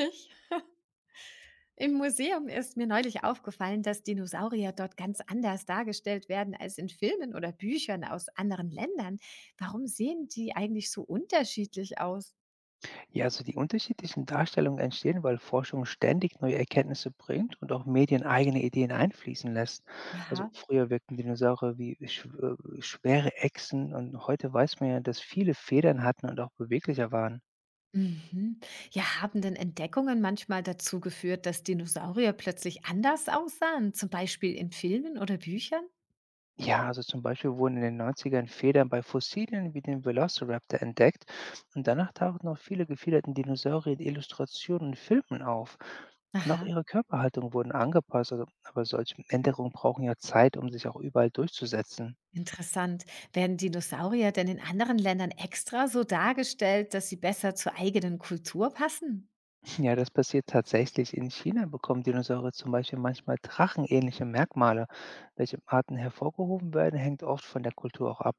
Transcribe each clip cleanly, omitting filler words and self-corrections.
Ich Im Museum ist mir neulich aufgefallen, dass Dinosaurier dort ganz anders dargestellt werden als in Filmen oder Büchern aus anderen Ländern. Warum sehen die eigentlich so unterschiedlich aus? Ja, also die unterschiedlichen Darstellungen entstehen, weil Forschung ständig neue Erkenntnisse bringt und auch Medien eigene Ideen einfließen lässt. Also Aha. früher wirkten Dinosaurier wie schwere Echsen und heute weiß man ja, dass viele Federn hatten und auch beweglicher waren. Mhm. Ja, haben denn Entdeckungen manchmal dazu geführt, dass Dinosaurier plötzlich anders aussahen, zum Beispiel in Filmen oder Büchern? Ja, also zum Beispiel wurden in den 90ern Federn bei Fossilien wie dem Velociraptor entdeckt und danach tauchten auch viele gefiederten Dinosaurier in Illustrationen und Filmen auf. Und auch Aha, ihre Körperhaltung wurden angepasst, also, aber solche Änderungen brauchen ja Zeit, um sich auch überall durchzusetzen. interessant. Werden Dinosaurier denn in anderen Ländern extra so dargestellt, dass sie besser zur eigenen Kultur passen? Ja, das passiert tatsächlich. In China bekommen Dinosaurier zum Beispiel manchmal drachenähnliche Merkmale. Welche Arten hervorgehoben werden, hängt oft von der Kultur auch ab.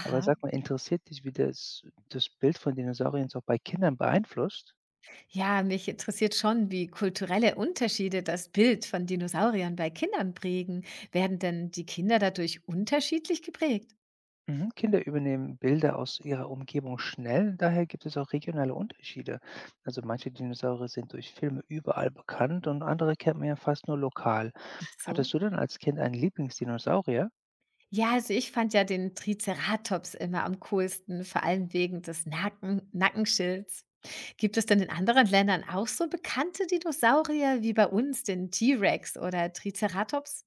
Aber sag mal, interessiert dich, wie das Bild von Dinosauriern auch bei Kindern beeinflusst? Ja, mich interessiert schon, wie kulturelle Unterschiede das Bild von Dinosauriern bei Kindern prägen. Werden denn die Kinder dadurch unterschiedlich geprägt? Mhm. Kinder übernehmen Bilder aus ihrer Umgebung schnell, daher gibt es auch regionale Unterschiede. Also manche Dinosaurier sind durch Filme überall bekannt und andere kennt man ja fast nur lokal. Ach Hattest so. du denn als Kind einen Lieblingsdinosaurier? Ja, also ich fand ja den Triceratops immer am coolsten, vor allem wegen des Nackenschilds. Gibt es denn in anderen Ländern auch so bekannte Dinosaurier wie bei uns den T-Rex oder Triceratops?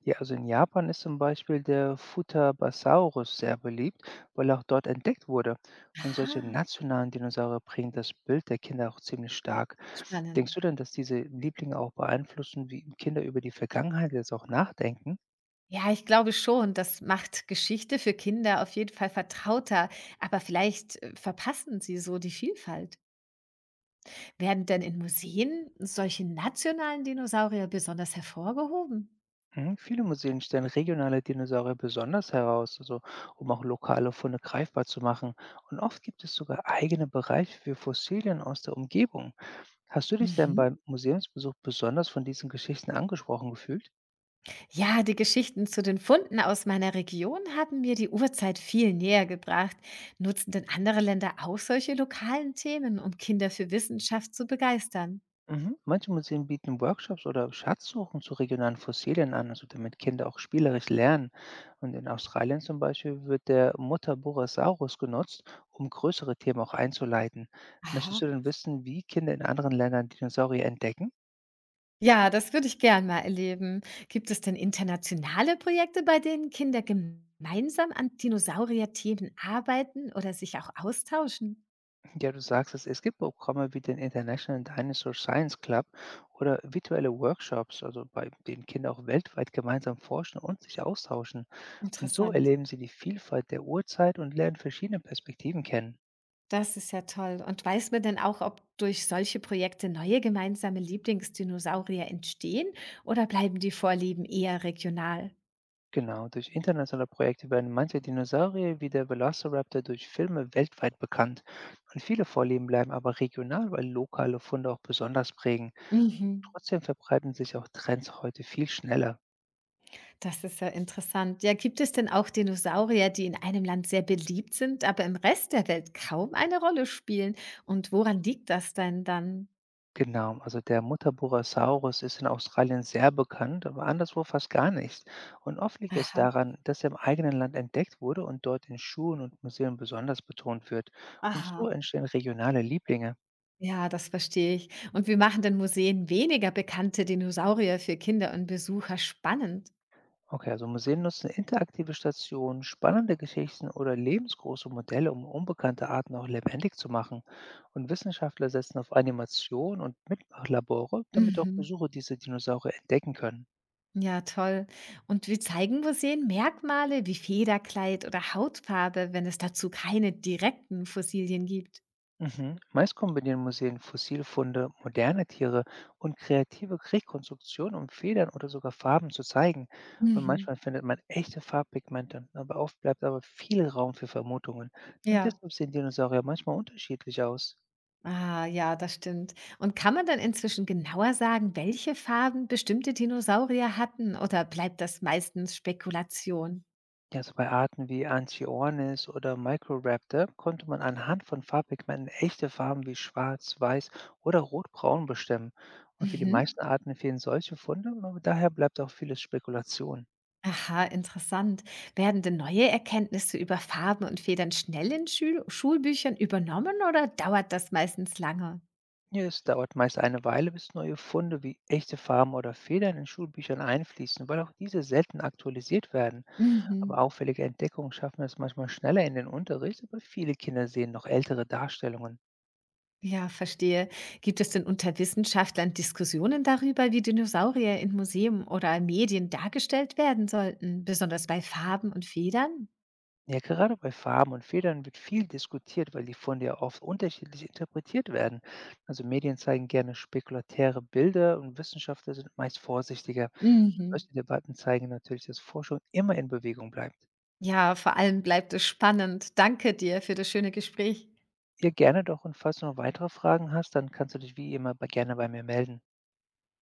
Ja, also in Japan ist zum Beispiel der Futabasaurus sehr beliebt, weil er auch dort entdeckt wurde. Und solche Aha, nationalen Dinosaurier prägen das Bild der Kinder auch ziemlich stark. spannend. Denkst du denn, dass diese Lieblinge auch beeinflussen, wie Kinder über die Vergangenheit jetzt auch nachdenken? Ja, ich glaube schon, das macht Geschichte für Kinder auf jeden Fall vertrauter, aber vielleicht verpassen sie so die Vielfalt. Werden denn in Museen solche nationalen Dinosaurier besonders hervorgehoben? Mhm. Viele Museen stellen regionale Dinosaurier besonders heraus, also um auch lokale Funde greifbar zu machen. Und oft gibt es sogar eigene Bereiche für Fossilien aus der Umgebung. Hast du dich denn Mhm. beim Museumsbesuch besonders von diesen Geschichten angesprochen gefühlt? Ja, die Geschichten zu den Funden aus meiner Region haben mir die Urzeit viel näher gebracht. Nutzen denn andere Länder auch solche lokalen Themen, um Kinder für Wissenschaft zu begeistern? Mhm. Manche Museen bieten Workshops oder Schatzsuchen zu regionalen Fossilien an, also damit Kinder auch spielerisch lernen. Und in Australien zum Beispiel wird der Mutaborasaurus genutzt, um größere Themen auch einzuleiten. Möchtest Aha. du denn wissen, wie Kinder in anderen Ländern Dinosaurier entdecken? Ja, das würde ich gern mal erleben. Gibt es denn internationale Projekte, bei denen Kinder gemeinsam an Dinosaurier-Themen arbeiten oder sich auch austauschen? Ja, du sagst es, es gibt Programme wie den International Dinosaur Science Club oder virtuelle Workshops, also bei denen Kinder auch weltweit gemeinsam forschen und sich austauschen. Und so Interessant. erleben sie die Vielfalt der Urzeit und lernen verschiedene Perspektiven kennen. Das ist ja toll. Und weiß man denn auch, ob durch solche Projekte neue gemeinsame Lieblingsdinosaurier entstehen oder bleiben die Vorlieben eher regional? Genau, durch internationale Projekte werden manche Dinosaurier wie der Velociraptor durch Filme weltweit bekannt und viele Vorlieben bleiben aber regional, weil lokale Funde auch besonders prägen. Mhm. Trotzdem verbreiten sich auch Trends heute viel schneller. Das ist ja interessant. Ja, gibt es denn auch Dinosaurier, die in einem Land sehr beliebt sind, aber im Rest der Welt kaum eine Rolle spielen? Und woran liegt das denn dann? Genau, also der Mutterburasaurus ist in Australien sehr bekannt, aber anderswo fast gar nicht. Und oft liegt es Aha, daran, dass er im eigenen Land entdeckt wurde und dort in Schulen und Museen besonders betont wird. Und so aha. entstehen regionale Lieblinge. Ja, das verstehe ich. Und wie machen denn Museen weniger bekannte Dinosaurier für Kinder und Besucher spannend? Okay, also Museen nutzen interaktive Stationen, spannende Geschichten oder lebensgroße Modelle, um unbekannte Arten auch lebendig zu machen. Und Wissenschaftler setzen auf Animation und Mitmachlabore, damit auch Mhm. Besucher diese Dinosaurier entdecken können. Ja, toll. Und wir zeigen Museen Merkmale wie Federkleid oder Hautfarbe, wenn es dazu keine direkten Fossilien gibt? Mhm. Meist kombinieren Museen Fossilfunde, moderne Tiere und kreative Rekonstruktionen, um Federn oder sogar Farben zu zeigen. Und manchmal Mhm. findet man echte Farbpigmente, aber oft bleibt aber viel Raum für Vermutungen. Und Ja. deshalb sehen Dinosaurier manchmal unterschiedlich aus. Ah, ja, das stimmt. Und kann man dann inzwischen genauer sagen, welche Farben bestimmte Dinosaurier hatten oder bleibt das meistens Spekulation? Ja, so bei Arten wie Anchiornis oder Microraptor konnte man anhand von Farbpigmenten echte Farben wie schwarz, weiß oder rotbraun bestimmen. Und für die Mhm. meisten Arten fehlen solche Funde, aber daher bleibt auch vieles Spekulation. Aha, interessant. Werden denn neue Erkenntnisse über Farben und Federn schnell in Schül Schulbüchern übernommen oder dauert das meistens lange? Ja, es dauert meist eine Weile, bis neue Funde wie echte Farben oder Federn in Schulbüchern einfließen, weil auch diese selten aktualisiert werden. Aber Mhm. auffällige Entdeckungen schaffen es manchmal schneller in den Unterricht, aber viele Kinder sehen noch ältere Darstellungen. Ja, verstehe. Gibt es denn unter Wissenschaftlern Diskussionen darüber, wie Dinosaurier in Museen oder Medien dargestellt werden sollten, besonders bei Farben und Federn? Ja, gerade bei Farben und Federn wird viel diskutiert, weil die Funde ja oft unterschiedlich interpretiert werden. Also Medien zeigen gerne spekulatäre Bilder und Wissenschaftler sind meist vorsichtiger. Und Mhm. solche Debatten zeigen natürlich, dass Forschung immer in Bewegung bleibt. Ja, vor allem bleibt es spannend. Danke dir für das schöne Gespräch. Ja, gerne doch. Und falls du noch weitere Fragen hast, dann kannst du dich wie immer bei, gerne bei mir melden.